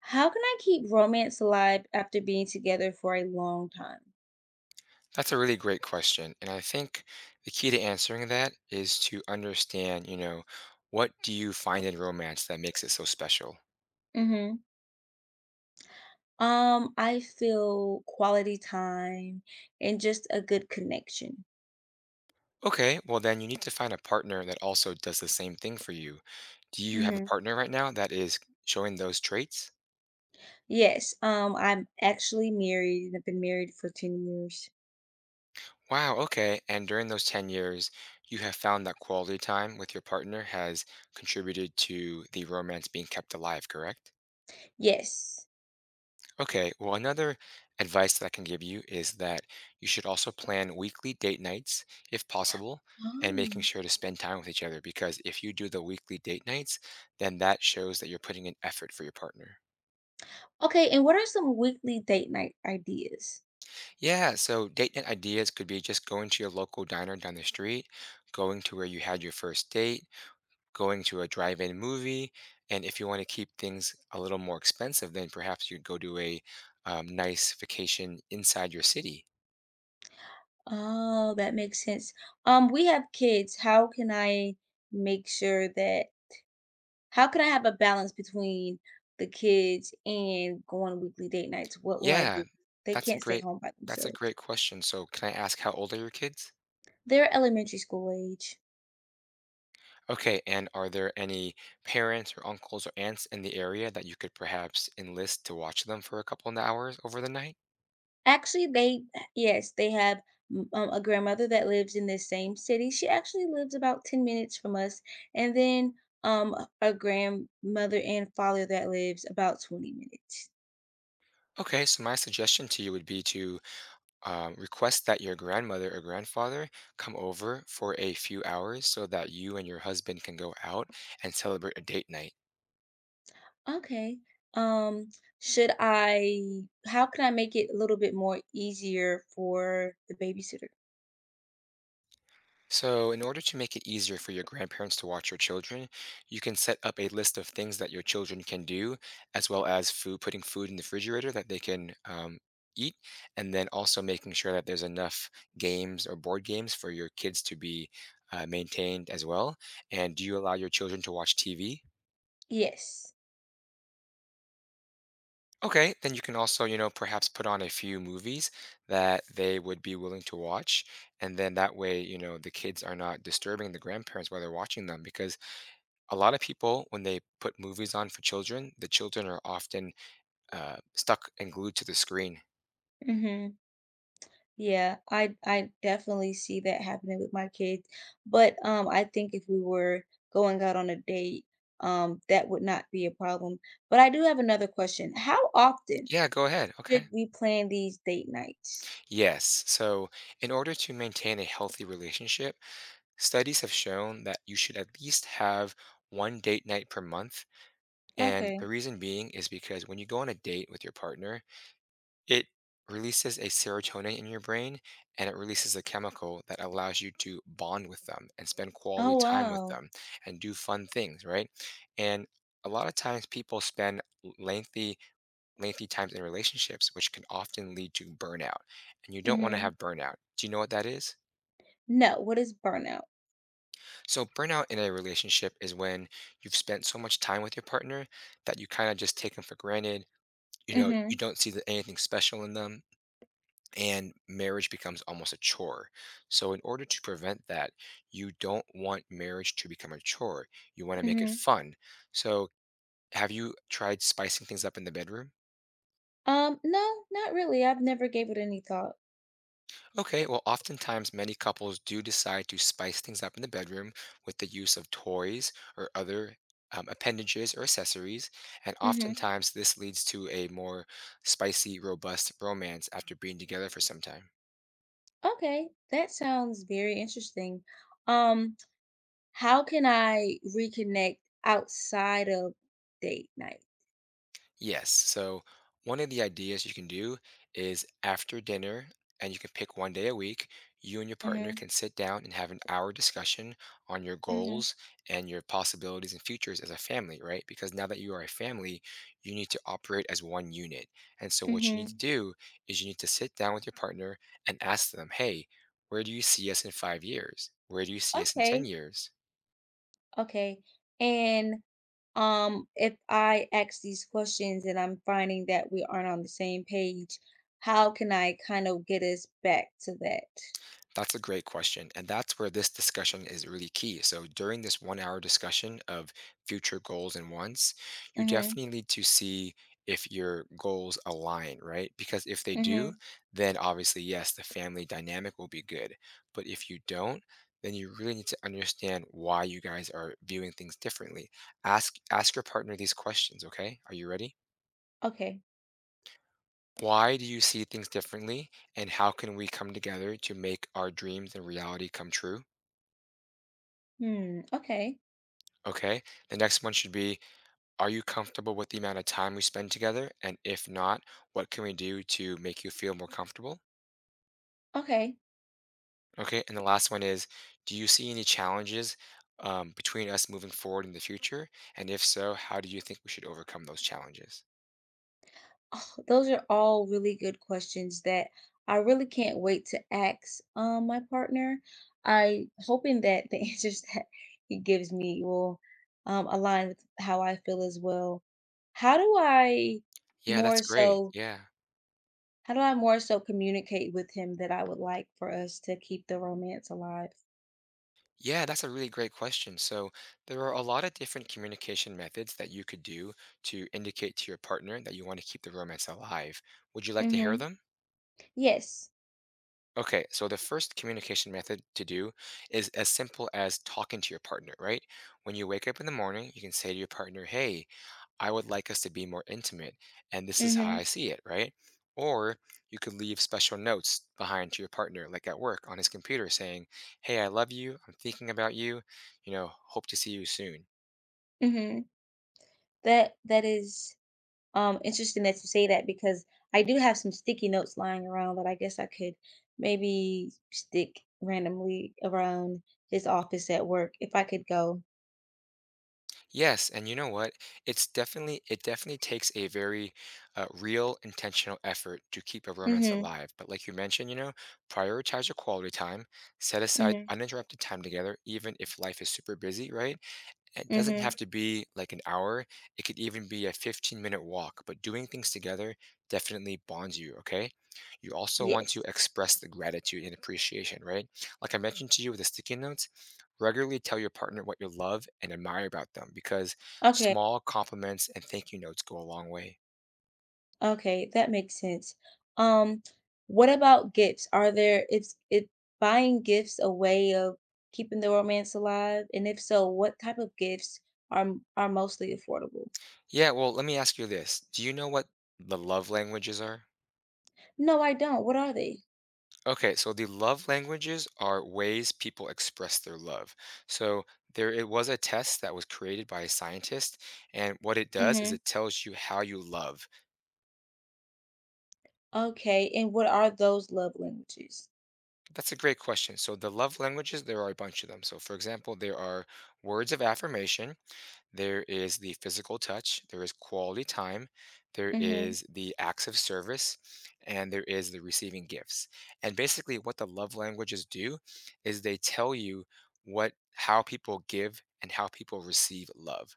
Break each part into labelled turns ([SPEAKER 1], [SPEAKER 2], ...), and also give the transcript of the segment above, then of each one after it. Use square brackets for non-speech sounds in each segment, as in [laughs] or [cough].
[SPEAKER 1] How can I keep romance alive after being together for a long time?
[SPEAKER 2] That's a really great question. And I think the key to answering that is to understand, you know, what do you find in romance that makes it so special?
[SPEAKER 1] Hmm. I feel quality time and just a good connection.
[SPEAKER 2] Okay, well, then you need to find a partner that also does the same thing for you. Do you have a
[SPEAKER 1] Hmm.
[SPEAKER 2] partner right now that is showing those traits?
[SPEAKER 1] Yes, I'm actually married and I've been married for 10 years.
[SPEAKER 2] Wow, okay. And during those 10 years, you have found that quality time with your partner has contributed to the romance being kept alive, correct?
[SPEAKER 1] Yes.
[SPEAKER 2] Okay, well, another advice that I can give you is that you should also plan weekly date nights if possible and making
[SPEAKER 1] Oh.
[SPEAKER 2] sure to spend time with each other because if you do the weekly date nights, then that shows that you're putting in effort for your partner.
[SPEAKER 1] Okay, and what are some weekly date night ideas?
[SPEAKER 2] Yeah, so date night ideas could be just going to your local diner down the street, going to where you had your first date, going to a drive in movie. And if you want to keep things a little more expensive, then perhaps you'd go to a nice vacation inside your city.
[SPEAKER 1] Oh, that makes sense. We have kids. Make sure that How can I have a balance between the kids and going on weekly date nights? What will I
[SPEAKER 2] Yeah,
[SPEAKER 1] do? They
[SPEAKER 2] that's a
[SPEAKER 1] can't stay
[SPEAKER 2] great
[SPEAKER 1] home by
[SPEAKER 2] that's a
[SPEAKER 1] themselves.
[SPEAKER 2] great question. So, can I ask how old are your kids?
[SPEAKER 1] They're elementary school age.
[SPEAKER 2] Okay, and are there any parents or uncles or aunts in the area that you could perhaps enlist to watch them for a couple of hours over the night?
[SPEAKER 1] Actually, they yes, they have mm, a grandmother that lives in this same city. She actually lives about 10 minutes from us. And then um a grandmother and father that lives about 20 minutes.
[SPEAKER 2] Okay, so my suggestion to you would be to request that your grandmother or grandfather come over for a few hours so that you and your husband can go out and celebrate a date night.
[SPEAKER 1] Okay. Um, should I how can I make it a little bit more easier for the babysitter?
[SPEAKER 2] So, in order to make it easier for your grandparents to watch your children, you can set up a list of things that your children can do, as well as food, putting food in the refrigerator that they can eat, and then also making sure that there's enough games or board games for your kids to be maintained as well. And do you allow your children to watch TV?
[SPEAKER 1] Yes.
[SPEAKER 2] Okay, then you can also, you know, perhaps put on a few movies that they would be willing to watch. And then that way, you know, the kids are not disturbing the grandparents while they're watching them because a lot of people when they put movies on for children the children are often stuck and glued to the screen.
[SPEAKER 1] Hmm. Yeah, I definitely see that happening with my kids. But I think if we were going out on a date, that would not be a problem. But I do have another question. How often
[SPEAKER 2] Yeah, go ahead. Okay,
[SPEAKER 1] should we plan these date nights?
[SPEAKER 2] yes, so in order to maintain a healthy relationship, studies have shown that you should at least have one date night per month, and the
[SPEAKER 1] Okay.
[SPEAKER 2] reason being is because when you go on a date with your partner it releases a serotonin in your brain, and it releases a chemical that allows you to bond with them and spend quality
[SPEAKER 1] Oh,
[SPEAKER 2] time with
[SPEAKER 1] wow.
[SPEAKER 2] them and do fun things, right? And a lot of times people spend lengthy times in relationships which can often lead to burnout. And you don't want to
[SPEAKER 1] Mm-hmm.
[SPEAKER 2] have burnout. Do you know what that is?
[SPEAKER 1] No, what is burnout?
[SPEAKER 2] So burnout in a relationship is when you've spent so much time with your partner that you kind of just take them for granted. You know,
[SPEAKER 1] Mm-hmm.
[SPEAKER 2] you don't see the, anything special in them and marriage becomes almost a chore. So, in order to prevent that, you don't want marriage to become a chore. You want to make it
[SPEAKER 1] Mm-hmm.
[SPEAKER 2] fun. So, have you tried spicing things up in the bedroom?
[SPEAKER 1] No, not really. I've never gave it any thought.
[SPEAKER 2] Okay, well, oftentimes many couples do decide to spice things up in the bedroom with the use of toys or other appendages or accessories. And
[SPEAKER 1] Mm-hmm.
[SPEAKER 2] oftentimes this leads to a more spicy, robust romance after being together for some time.
[SPEAKER 1] Okay. That sounds very interesting. Um How can I reconnect outside of date night?
[SPEAKER 2] Yes. So one of the ideas you can do is after dinner, and you can pick one day a week, you and your partner
[SPEAKER 1] Mhm,
[SPEAKER 2] can sit down and have an hour discussion on your
[SPEAKER 1] mhm,
[SPEAKER 2] goals and your possibilities and futures as a family, right? Because now that you are a family, you need to operate as one unit. And so what you need to
[SPEAKER 1] mhm.
[SPEAKER 2] do is you need to sit down with your partner and ask them, hey, where do you see us in 5 years? Where do you see us in 10
[SPEAKER 1] Okay,
[SPEAKER 2] years?
[SPEAKER 1] okay. And, if I ask these questions and I'm finding that we aren't on the same page, how can I kind of get us back to that?
[SPEAKER 2] That's a great question. And that's where this discussion is really key. So, during this 1 hour discussion of future goals and wants, you
[SPEAKER 1] Mhm,
[SPEAKER 2] definitely need to see if your goals align, right? Because if they do,
[SPEAKER 1] mhm.
[SPEAKER 2] then obviously, yes, the family dynamic will be good. But if you don't, then you really need to understand why you guys are viewing things differently. Ask your partner these questions, okay? Are you ready?
[SPEAKER 1] Okay.
[SPEAKER 2] Why do you see things differently and how can we come together to make our dreams and reality come true?
[SPEAKER 1] Hmm, okay,
[SPEAKER 2] Okay. The next one should be, are you comfortable with the amount of time we spend together? And if not, what can we do to make you feel more comfortable?
[SPEAKER 1] okay.
[SPEAKER 2] Okay. And the last one is, do you see any challenges between us moving forward in the future? And if so, how do you think we should overcome those challenges?
[SPEAKER 1] Oh, those are all really good questions that I really can't wait to ask my partner. I hoping that the [laughs] answers that he gives me will align with how I feel as well. How do I
[SPEAKER 2] Yeah,
[SPEAKER 1] more
[SPEAKER 2] that's great.
[SPEAKER 1] so?
[SPEAKER 2] Yeah.
[SPEAKER 1] How do I more so communicate with him that I would like for us to keep the romance alive?
[SPEAKER 2] Yeah, that's a really great question. So, there are a lot of different communication methods that you could do to indicate to your partner that you want to keep the romance alive. Would you like to hear
[SPEAKER 1] Mm-hmm.
[SPEAKER 2] them?
[SPEAKER 1] Yes.
[SPEAKER 2] Okay, so the first communication method to do is as simple as talking to your partner, right? When you wake up in the morning, you can say to your partner, hey, I would like us to be more intimate, and this is how I
[SPEAKER 1] Mm-hmm.
[SPEAKER 2] see it, right? Or you could leave special notes behind to your partner, like at work on his computer, saying, hey, I love you. I'm thinking about you. You know, hope to see you soon.
[SPEAKER 1] Mm-hmm. That that is. Interesting that you say that because I do have some sticky notes lying around that I guess I could maybe stick randomly around his office at work if I could go.
[SPEAKER 2] Yes, and you know what? It definitely takes a very real intentional effort to keep a romance
[SPEAKER 1] Mm-hmm.
[SPEAKER 2] alive. But like you mentioned, you know, prioritize your quality time, set aside
[SPEAKER 1] Mm-hmm.
[SPEAKER 2] uninterrupted time together, even if life is super busy, right? It doesn't
[SPEAKER 1] Mm-hmm.
[SPEAKER 2] have to be like an hour. It could even be a 15-minute walk, but doing things together definitely bonds you, okay? You also want to
[SPEAKER 1] Yes.
[SPEAKER 2] express the gratitude and appreciation, right? Like I mentioned to you with the sticky notes, regularly tell your partner what you love and admire about them because
[SPEAKER 1] Okay.
[SPEAKER 2] small compliments and thank you notes go a long way.
[SPEAKER 1] Okay. That makes sense. Um, what about gifts? Are there is it buying gifts a way of keeping the romance alive? And if so, what type of gifts are mostly affordable?
[SPEAKER 2] Yeah, well, let me ask you this. Do you know what the love languages are?
[SPEAKER 1] No, I don't. What are they?
[SPEAKER 2] Okay, so the love languages are ways people express their love. So there it was a test that was created by a scientist, and what it does is
[SPEAKER 1] Mm-hmm.
[SPEAKER 2] it tells you how you love.
[SPEAKER 1] Okay, and what are those love languages?
[SPEAKER 2] That's a great question. So the love languages, there are a bunch of them. So for example, there are words of affirmation, there is the physical touch, there is quality time, there
[SPEAKER 1] Mhm.
[SPEAKER 2] is the acts of service, and there is the receiving gifts. And basically, what the love languages do is they tell you what how people give and how people receive love.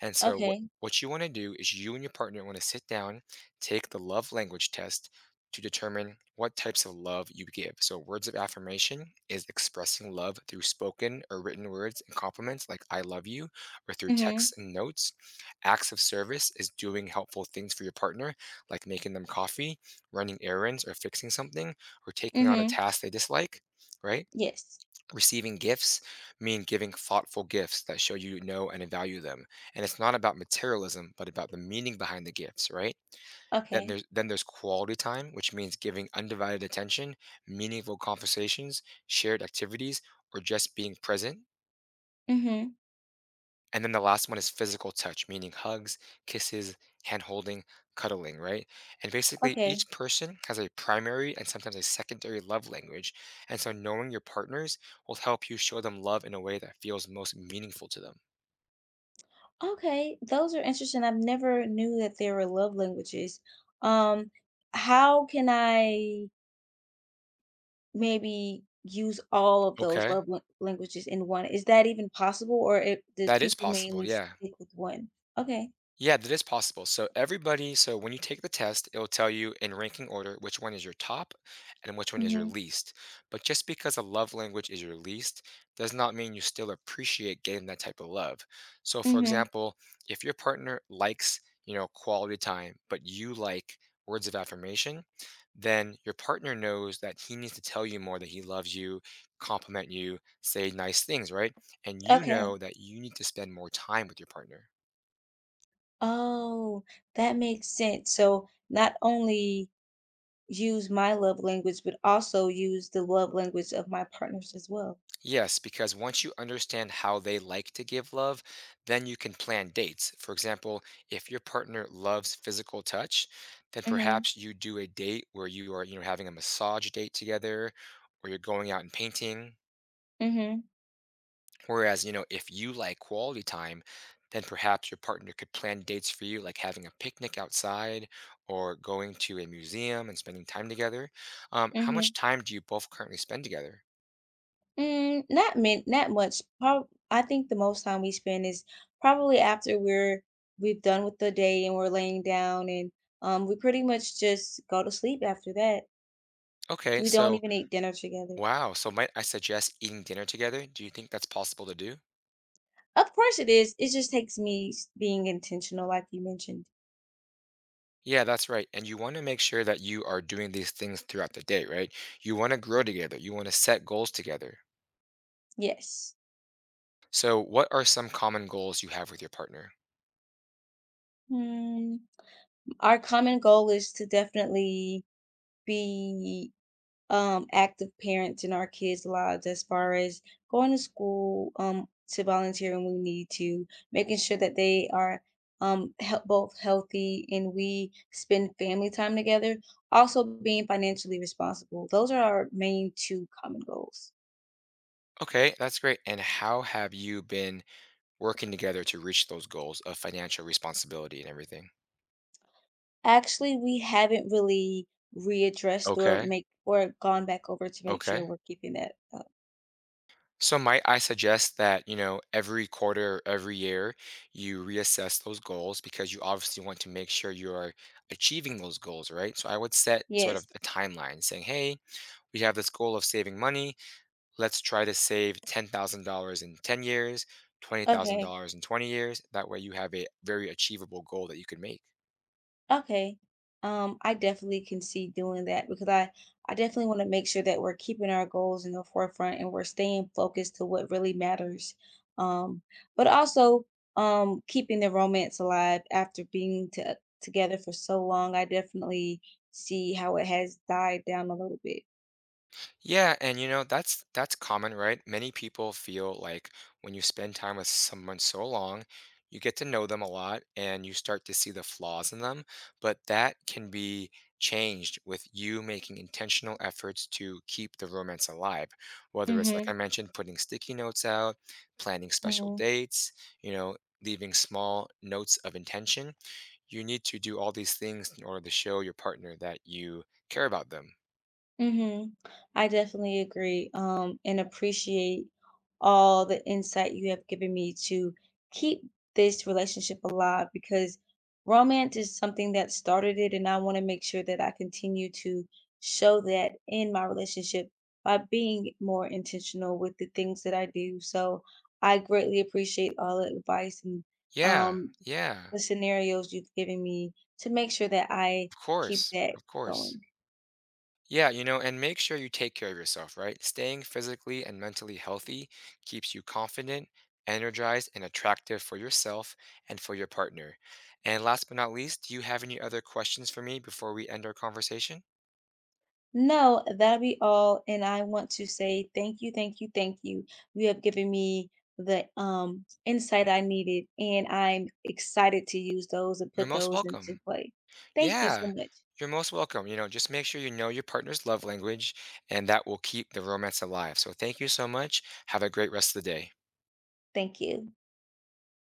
[SPEAKER 2] And so what
[SPEAKER 1] Okay.
[SPEAKER 2] what you want to do is you and your partner want to sit down, take the love language test to determine what types of love you give. So words of affirmation is expressing love through spoken or written words and compliments like I love you or through
[SPEAKER 1] Mhm.
[SPEAKER 2] texts and notes. Acts of service is doing helpful things for your partner like making them coffee, running errands or fixing something or taking on a
[SPEAKER 1] Mhm.
[SPEAKER 2] task they dislike, right?
[SPEAKER 1] Yes.
[SPEAKER 2] Receiving gifts mean giving thoughtful gifts that show you know and value them. And it's not about materialism, but about the meaning behind the gifts, right? Then
[SPEAKER 1] Okay.
[SPEAKER 2] there's then there's quality time, which means giving undivided attention, meaningful conversations, shared activities, or just being present.
[SPEAKER 1] Mhm.
[SPEAKER 2] And then the last one is physical touch, meaning hugs, kisses, hand holding, cuddling, right? And basically,
[SPEAKER 1] Okay.
[SPEAKER 2] each person has a primary and sometimes a secondary love language. And so, knowing your partners will help you show them love in a way that feels most meaningful to them.
[SPEAKER 1] Okay, those are interesting. I've never knew that there were love languages. Um, how can I maybe use all of those
[SPEAKER 2] Okay.
[SPEAKER 1] love languages in one? Is that even possible, or do
[SPEAKER 2] That is
[SPEAKER 1] people
[SPEAKER 2] possible.
[SPEAKER 1] mainly
[SPEAKER 2] Yeah.
[SPEAKER 1] stick with one? Okay.
[SPEAKER 2] Yeah, that is possible. So when you take the test, it'll tell you in ranking order which one is your top and which one is your
[SPEAKER 1] Mhm.
[SPEAKER 2] least. But just because a love language is your least does not mean you still appreciate getting that type of love. So for
[SPEAKER 1] Mhm.
[SPEAKER 2] example, if your partner likes, you know, quality time, but you like words of affirmation, then your partner knows that he needs to tell you more that he loves you, compliment you, say nice things, right? And you
[SPEAKER 1] Okay.
[SPEAKER 2] know that you need to spend more time with your partner.
[SPEAKER 1] Oh, that makes sense. So not only use my love language, but also use the love language of my partners as well.
[SPEAKER 2] Yes, because once you understand how they like to give love, then you can plan dates. For example, if your partner loves physical touch, then
[SPEAKER 1] Mhm,
[SPEAKER 2] perhaps you do a date where you are, you know, having a massage date together or you're going out and painting.
[SPEAKER 1] mhm,
[SPEAKER 2] Whereas, you know, if you like quality time, then perhaps your partner could plan dates for you, like having a picnic outside or going to a museum and spending time together. How
[SPEAKER 1] mhm.
[SPEAKER 2] much time do you both currently spend together?
[SPEAKER 1] Not much. Prob I think the most time we spend is probably after we've done with the day and we're laying down and we pretty much just go to sleep after that.
[SPEAKER 2] Okay,
[SPEAKER 1] We don't
[SPEAKER 2] so
[SPEAKER 1] even eat dinner together.
[SPEAKER 2] wow, so might I suggest eating dinner together? Do you think that's possible to do?
[SPEAKER 1] Of course it is. It just takes me being intentional, like you mentioned.
[SPEAKER 2] Yeah, that's right. And you want to make sure that you are doing these things throughout the day, right? You want to grow together, you want to set goals together.
[SPEAKER 1] Yes.
[SPEAKER 2] So, what are some common goals you have with your partner?
[SPEAKER 1] Hmm. Our common goal is to definitely be active parents in our kids' lives as far as going to school to volunteer when we need to, making sure that they are help both healthy and we spend family time together, also being financially responsible. Those are our main two common goals.
[SPEAKER 2] Okay, that's great. And how have you been working together to reach those goals of financial responsibility and everything?
[SPEAKER 1] Actually, we haven't really readdressed or
[SPEAKER 2] Okay,
[SPEAKER 1] make or gone back over to make sure
[SPEAKER 2] okay.
[SPEAKER 1] we're keeping that up.
[SPEAKER 2] So might I suggest that, you know, every quarter, every year, you reassess those goals because you obviously want to make sure you are achieving those goals, right? So I would set sort of
[SPEAKER 1] Yes.
[SPEAKER 2] a timeline saying, hey, we have this goal of saving money. Let's try to save $10,000 in 10 years,
[SPEAKER 1] Okay.
[SPEAKER 2] $20,000 in 20 years. That way you have a very achievable goal that you can make.
[SPEAKER 1] Okay. I definitely can see doing that because I definitely want to make sure that we're keeping our goals in the forefront and we're staying focused to what really matters. Um, but also keeping the romance alive after being together for so long. I definitely see how it has died down a little bit.
[SPEAKER 2] Yeah, and you know, that's common, right? Many people feel like when you spend time with someone so long, you get to know them a lot and you start to see the flaws in them, but that can be changed with you making intentional efforts to keep the romance alive. Whether it's like
[SPEAKER 1] Mhm.
[SPEAKER 2] I mentioned, putting sticky notes out, planning special
[SPEAKER 1] Mhm.
[SPEAKER 2] dates, you know, leaving small notes of intention. You need to do all these things in order to show your partner that you care about them.
[SPEAKER 1] Mm-hmm. I definitely agree, and appreciate all the insight you have given me to keep this relationship alive because romance is something that started it, and I want to make sure that I continue to show that in my relationship by being more intentional with the things that I do. So I greatly appreciate all the advice and
[SPEAKER 2] Yeah,
[SPEAKER 1] um,
[SPEAKER 2] yeah.
[SPEAKER 1] the scenarios you've given me to make sure that I
[SPEAKER 2] Of
[SPEAKER 1] keep
[SPEAKER 2] course,
[SPEAKER 1] that
[SPEAKER 2] of course.
[SPEAKER 1] going.
[SPEAKER 2] Yeah, you know, and make sure you take care of yourself, right? Staying physically and mentally healthy keeps you confident, energized, and attractive for yourself and for your partner. And last but not least, do you have any other questions for me before we end our conversation?
[SPEAKER 1] No, that'll be all. And I want to say thank you, thank you, thank you. You have given me the insight I needed, and I'm excited to use those and
[SPEAKER 2] You're
[SPEAKER 1] put
[SPEAKER 2] most
[SPEAKER 1] those into
[SPEAKER 2] welcome.
[SPEAKER 1] play. Thank you so
[SPEAKER 2] Yeah,
[SPEAKER 1] much.
[SPEAKER 2] you're most welcome. You know, just make sure you know your partner's love language, and that will keep the romance alive. So thank you so much. Have a great rest of the day.
[SPEAKER 1] Thank you.